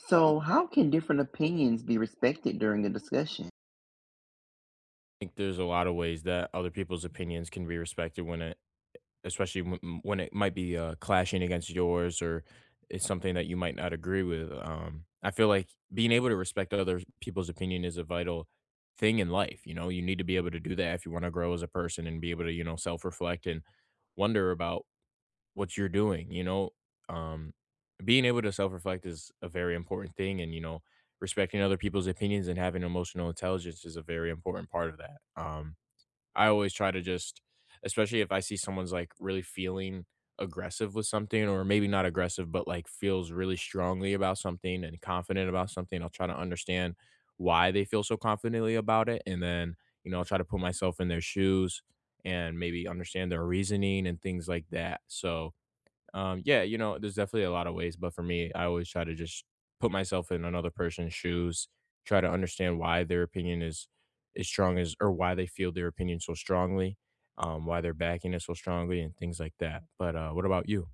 So, how can different opinions be respected during a discussion? Think there's a lot of ways that other people's opinions can be respected when it, especially when it might be clashing against yours or it's something that you might not agree with. I feel like being able to respect other people's opinion is a vital thing in life. You know, you need to be able to do that if you want to grow as a person and be able to, you know, self-reflect and wonder about what you're doing, you know um Being able to self-reflect is a very important thing, and, you know, respecting other people's opinions and having emotional intelligence is a very important part of that. I always try to just, especially if I see someone's, like, really feeling aggressive with something, or maybe not aggressive, but, like, feels really strongly about something and confident about something, I'll try to understand why they feel so confidently about it, and then, you know, I'll try to put myself in their shoes and maybe understand their reasoning and things like that. So, yeah, you know, there's definitely a lot of ways, but for me, I always try to just put myself in another person's shoes, try to understand why their opinion is as strong as, or why they feel their opinion so strongly, why they're backing it so strongly and things like that. But what about you?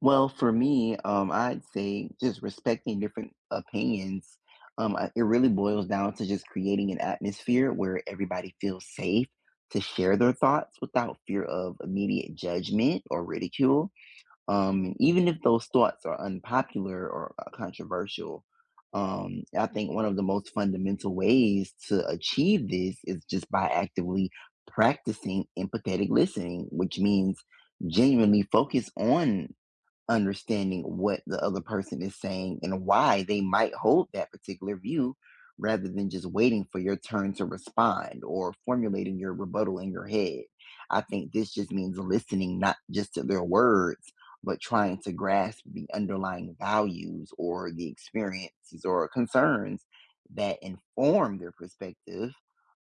Well, for me, I'd say just respecting different opinions. It really boils down to just creating an atmosphere where everybody feels safe to share their thoughts without fear of immediate judgment or ridicule. Even if those thoughts are unpopular or controversial, I think one of the most fundamental ways to achieve this is just by actively practicing empathetic listening, which means genuinely focus on understanding what the other person is saying and why they might hold that particular view rather than just waiting for your turn to respond or formulating your rebuttal in your head. I think this just means listening not just to their words, but trying to grasp the underlying values or the experiences or concerns that inform their perspective,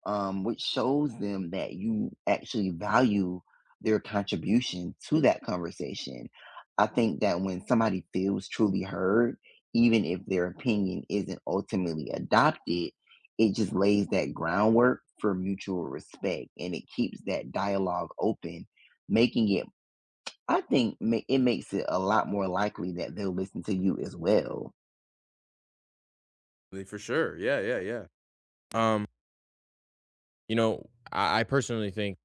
which shows them that you actually value their contribution to that conversation. I think that when somebody feels truly heard, even if their opinion isn't ultimately adopted, it just lays that groundwork for mutual respect and it keeps that dialogue open, making it, I think, it makes it a lot more likely that they'll listen to you as well. Like, for sure. Yeah, yeah, yeah. Um, you know, I personally think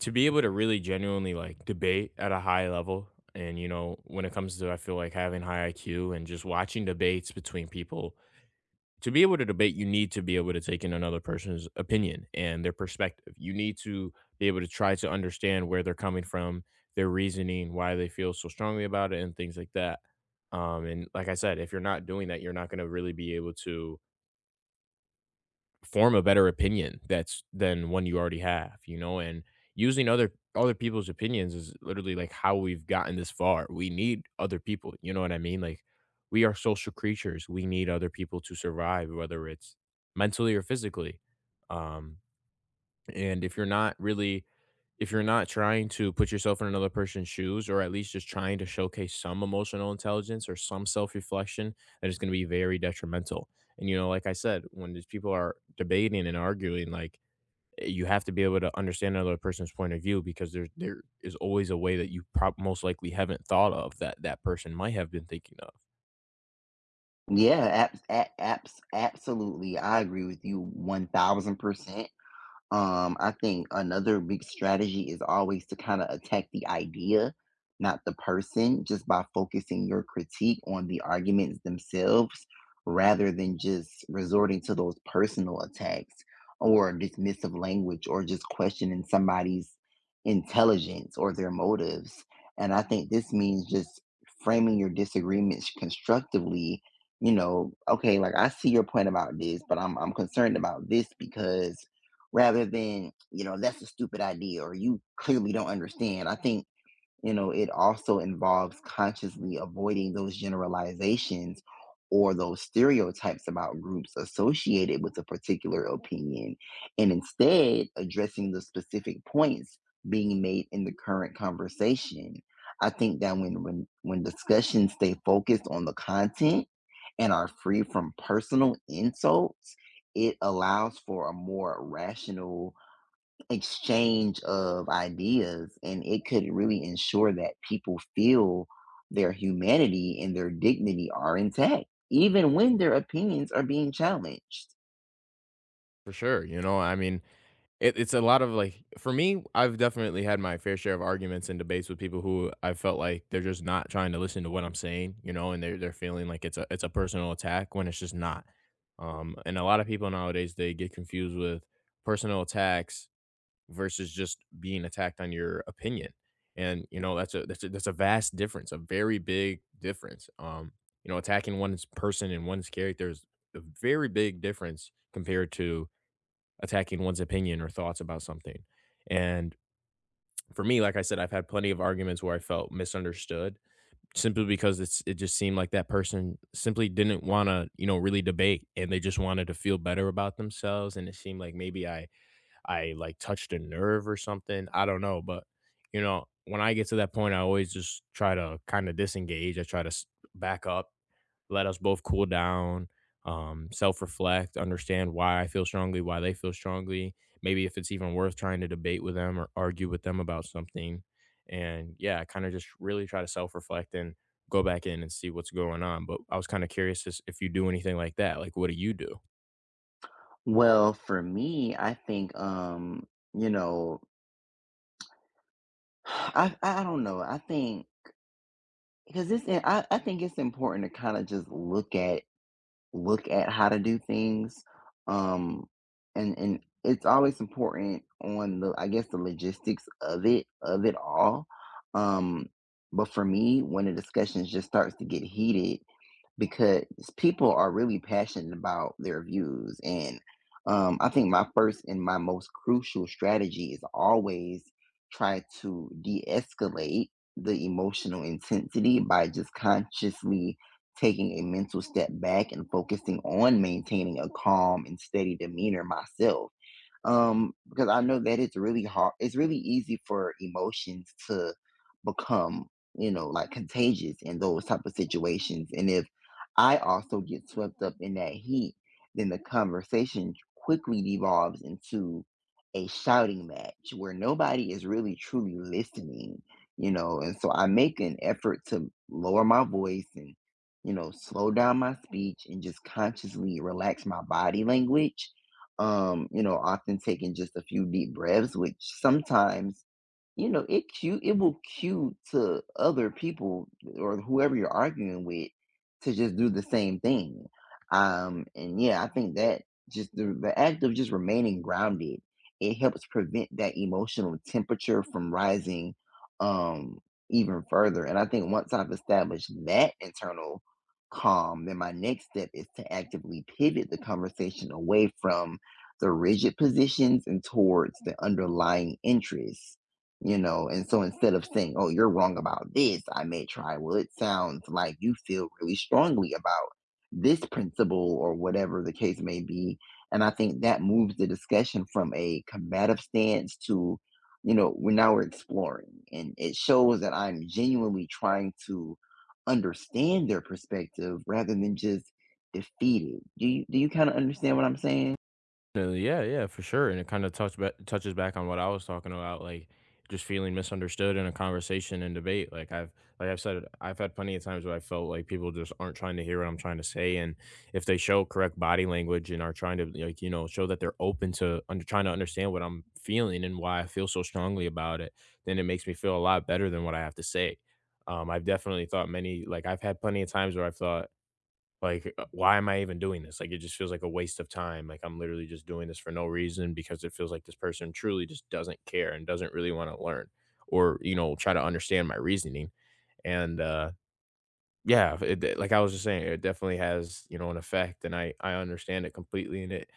to be able to really genuinely, like, debate at a high level, and, you know, when it comes to, I feel like having high IQ and just watching debates between people, to be able to debate, you need to be able to take in another person's opinion and their perspective. You need to be able to try to understand where they're coming from, their reasoning, why they feel so strongly about it, and things like that. And like I said, if you're not doing that, you're not going to really be able to form a better opinion that's than one you already have, you know. And using other people's opinions is literally like how we've gotten this far. We need other people, you know what I mean? Like, we are social creatures. We need other people to survive, whether it's mentally or physically. Um, and if you're not really, if you're not trying to put yourself in another person's shoes, or at least just trying to showcase some emotional intelligence or some self-reflection, that is going to be very detrimental. And, you know, like I said, when these people are debating and arguing, like, you have to be able to understand another person's point of view, because there is always a way that you most likely haven't thought of, that that person might have been thinking of. Absolutely. I agree with you 1000%. I think another big strategy is always to kind of attack the idea, not the person, just by focusing your critique on the arguments themselves rather than just resorting to those personal attacks or dismissive language or just questioning somebody's intelligence or their motives. And I think this means just framing your disagreements constructively. You know, okay, like I see your point about this, but I'm concerned about this, because rather than, you know, that's a stupid idea or you clearly don't understand. I think, you know, it also involves consciously avoiding those generalizations or those stereotypes about groups associated with a particular opinion, and instead addressing the specific points being made in the current conversation. I think that when discussions stay focused on the content and are free from personal insults, it allows for a more rational exchange of ideas, and it could really ensure that people feel their humanity and their dignity are intact even when their opinions are being challenged. For sure. You know, I mean, it's a lot of, like, for me, I've definitely had my fair share of arguments and debates with people who I felt like they're just not trying to listen to what I'm saying, you know, and they're feeling like it's a personal attack when it's just not. And a lot of people nowadays, they get confused with personal attacks versus just being attacked on your opinion. And, you know, that's a vast difference, a very big difference. You know, attacking one's person and one's character is a very big difference compared to attacking one's opinion or thoughts about something. And for me, like I said, I've had plenty of arguments where I felt misunderstood simply because it's, it just seemed like that person simply didn't want to, you know, really debate, and they just wanted to feel better about themselves, and it seemed like maybe I like touched a nerve or something. I don't know, but, you know, when I get to that point, I always just try to kind of disengage. I try to back up, let us both cool down, self reflect, understand why I feel strongly, why they feel strongly. Maybe if it's even worth trying to debate with them or argue with them about something. And yeah, kind of just really try to self reflect and go back in and see what's going on. But I was kind of curious if you do anything like that. Like, what do you do? Well, for me, I think, you know, I don't know. I think, because it's I think it's important to kind of just look at how to do things. Um, and it's always important on the, I guess, the logistics of it all. Um, but for me, when the discussions just starts to get heated, because people are really passionate about their views. And I think my first and my most crucial strategy is always try to de escalate the emotional intensity by just consciously taking a mental step back and focusing on maintaining a calm and steady demeanor myself, because I know that it's really hard, it's really easy for emotions to become, you know, like contagious in those type of situations. And if I also get swept up in that heat, then the conversation quickly devolves into a shouting match where nobody is really truly listening, you know. And so I make an effort to lower my voice and, you know, slow down my speech and just consciously relax my body language. You know, often taking just a few deep breaths, which sometimes, you know, it will cue to other people or whoever you're arguing with to just do the same thing. And yeah, I think that just the act of just remaining grounded, it helps prevent that emotional temperature from rising um even further. And I think once I've established that internal calm, then my next step is to actively pivot the conversation away from the rigid positions and towards the underlying interests, you know. And so instead of saying, "Oh, you're wrong about this," I may try, "Well, it sounds like you feel really strongly about this principle," or whatever the case may be. And I think that moves the discussion from a combative stance to, you know, we're exploring. And it shows that I'm genuinely trying to understand their perspective rather than just defeat it. Do you kind of understand what I'm saying? Definitely, yeah, yeah, for sure. And it kinda touches back on what I was talking about, like, just feeling misunderstood in a conversation and debate. Like, I've like I've said, I've had plenty of times where I felt like people just aren't trying to hear what I'm trying to say, and if they show correct body language and are trying to, like, you know, show that they're open to under trying to understand what I'm feeling and why I feel so strongly about it, then it makes me feel a lot better than what I have to say. I've definitely thought many, like, I've had plenty of times where I've thought like, why am I even doing this? Like, it just feels like a waste of time. Like, I'm literally just doing this for no reason, because it feels like this person truly just doesn't care and doesn't really want to learn or, you know, try to understand my reasoning. And, yeah, like I was just saying, it definitely has, you know, an effect, and I understand it completely. And it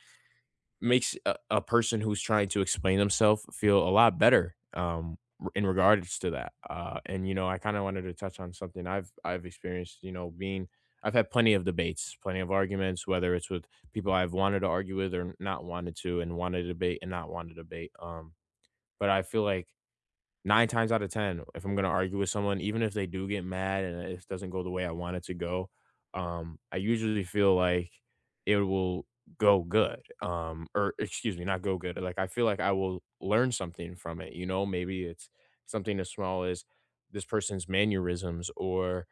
makes a person who's trying to explain themselves feel a lot better, um, in regards to that. And you know, I kind of wanted to touch on something I've experienced, you know, being, I've had plenty of debates, plenty of arguments, whether it's with people I've wanted to argue with or not wanted to, and wanted to debate and not wanted to debate. But I feel like 9 times out of 10, if I'm gonna argue with someone, even if they do get mad and it doesn't go the way I want it to go, I usually feel like it will go good, or excuse me, not go good, like, I feel like I will learn something from it, you know? Maybe it's something as small as this person's mannerisms, or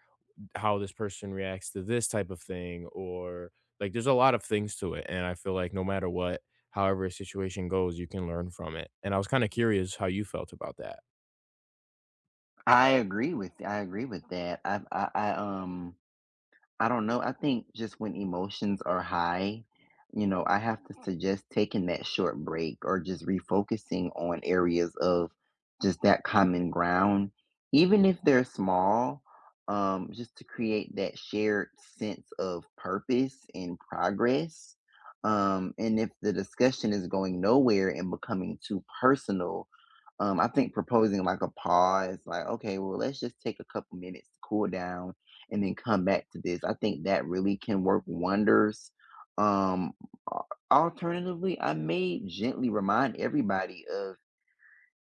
how this person reacts to this type of thing, or, like, there's a lot of things to it, and I feel like no matter what, however a situation goes, you can learn from it. And I was kinda curious how you felt about that. I agree with that. I I don't know. I think just when emotions are high, you know, I have to suggest taking that short break or just refocusing on areas of just that common ground, even if they're small, just to create that shared sense of purpose and progress. And if the discussion is going nowhere and becoming too personal, I think proposing like a pause, like, okay, well, let's just take a couple minutes to cool down and then come back to this. I think that really can work wonders. Um, Alternatively, I may gently remind everybody of,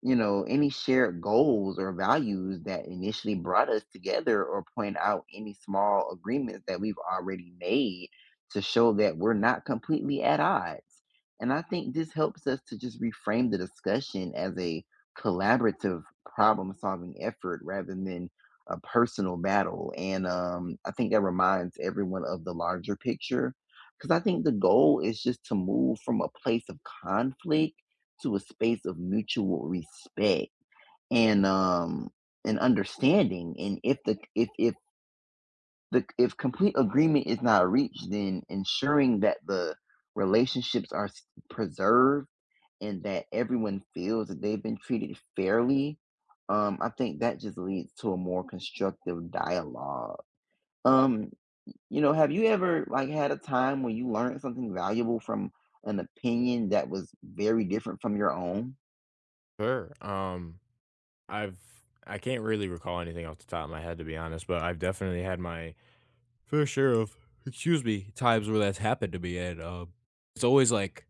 you know, any shared goals or values that initially brought us together, or point out any small agreements that we've already made to show that we're not completely at odds. And I think this helps us to just reframe the discussion as a collaborative problem solving effort rather than a personal battle. And I think that reminds everyone of the larger picture. Because I think the goal is just to move from a place of conflict to a space of mutual respect and um and understanding. And if complete agreement is not reached, then ensuring that the relationships are preserved and that everyone feels that they've been treated fairly, I think that just leads to a more constructive dialogue. um you know, have you ever like had a time when you learned something valuable from an opinion that was very different from your own? Sure. I can't really recall anything off the top of my head, to be honest, but I've definitely had my fair share of, excuse me, times where that's happened to me, and, it's always like,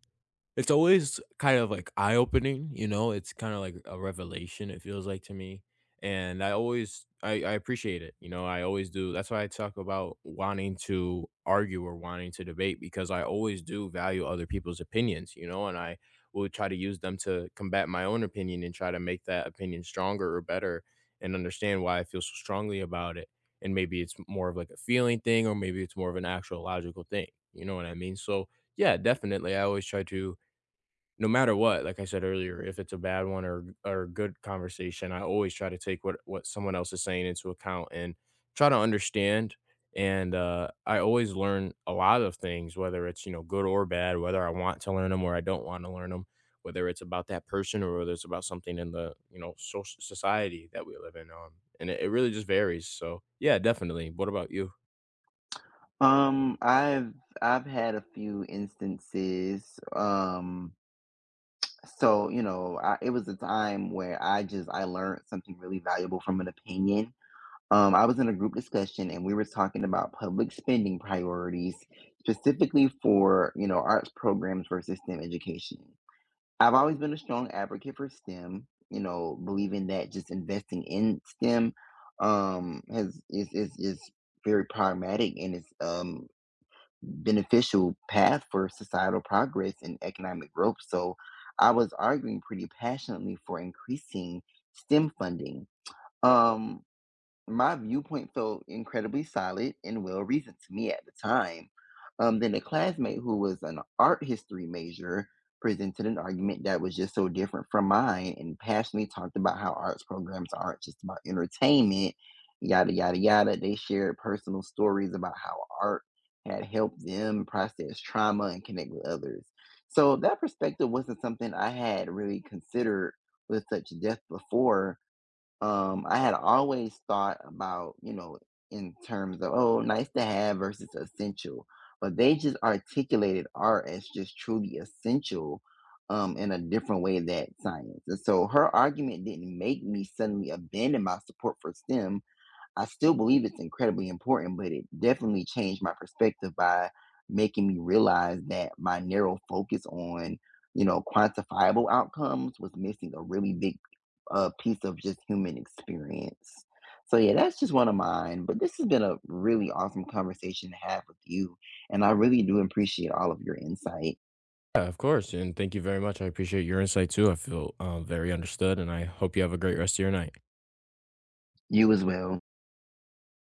it's always kind of, like, eye-opening, you know, it's kinda like a revelation, it feels like to me. And I always, I appreciate it, you know, I always do. That's why I talk about wanting to argue or wanting to debate, because I always do value other people's opinions, you know, and I will try to use them to combat my own opinion and try to make that opinion stronger or better, and understand why I feel so strongly about it, and maybe it's more of, like, a feeling thing, or maybe it's more of an actual logical thing, you know what I mean? So, yeah, definitely, I always try to, no matter what, like I said earlier, if it's a bad one or a good conversation, I always try to take what someone else is saying into account and try to understand. And I always learn a lot of things, whether it's, you know, good or bad, whether I want to learn them or I don't want to learn them, whether it's about that person or whether it's about something in the, you know, social society that we live in. And it, it really just varies. So yeah, definitely. What about you? Um, I've I've had a few instances. Um, so, you know, it was a time where I learned something really valuable from an opinion. I was in a group discussion and we were talking about public spending priorities, specifically for, you know, arts programs versus STEM education. I've always been a strong advocate for STEM. You know, believing that just investing in STEM has is very pragmatic and it's beneficial path for societal progress and economic growth. So I was arguing pretty passionately for increasing STEM funding. Um, my viewpoint felt incredibly solid and well reasoned to me at the time. Then a classmate who was an art history major presented an argument that was just so different from mine and passionately talked about how arts programs aren't just about entertainment, yada, yada, yada. They shared personal stories about how art had helped them process trauma and connect with others. So that perspective wasn't something I had really considered with such depth before. I had always thought about, you know, in terms of, oh, nice to have versus essential, but they just articulated art as just truly essential, in a different way that science. And so her argument didn't make me suddenly abandon my support for STEM. I still believe it's incredibly important, but it definitely changed my perspective by making me realize that my narrow focus on, you know, quantifiable outcomes was missing a really big, piece of just human experience. So, yeah, that's just one of mine. But this has been a really awesome conversation to have with you. And I really do appreciate all of your insight. Yeah, of course. And thank you very much. I appreciate your insight too. I feel, very understood, and I hope you have a great rest of your night. You as well.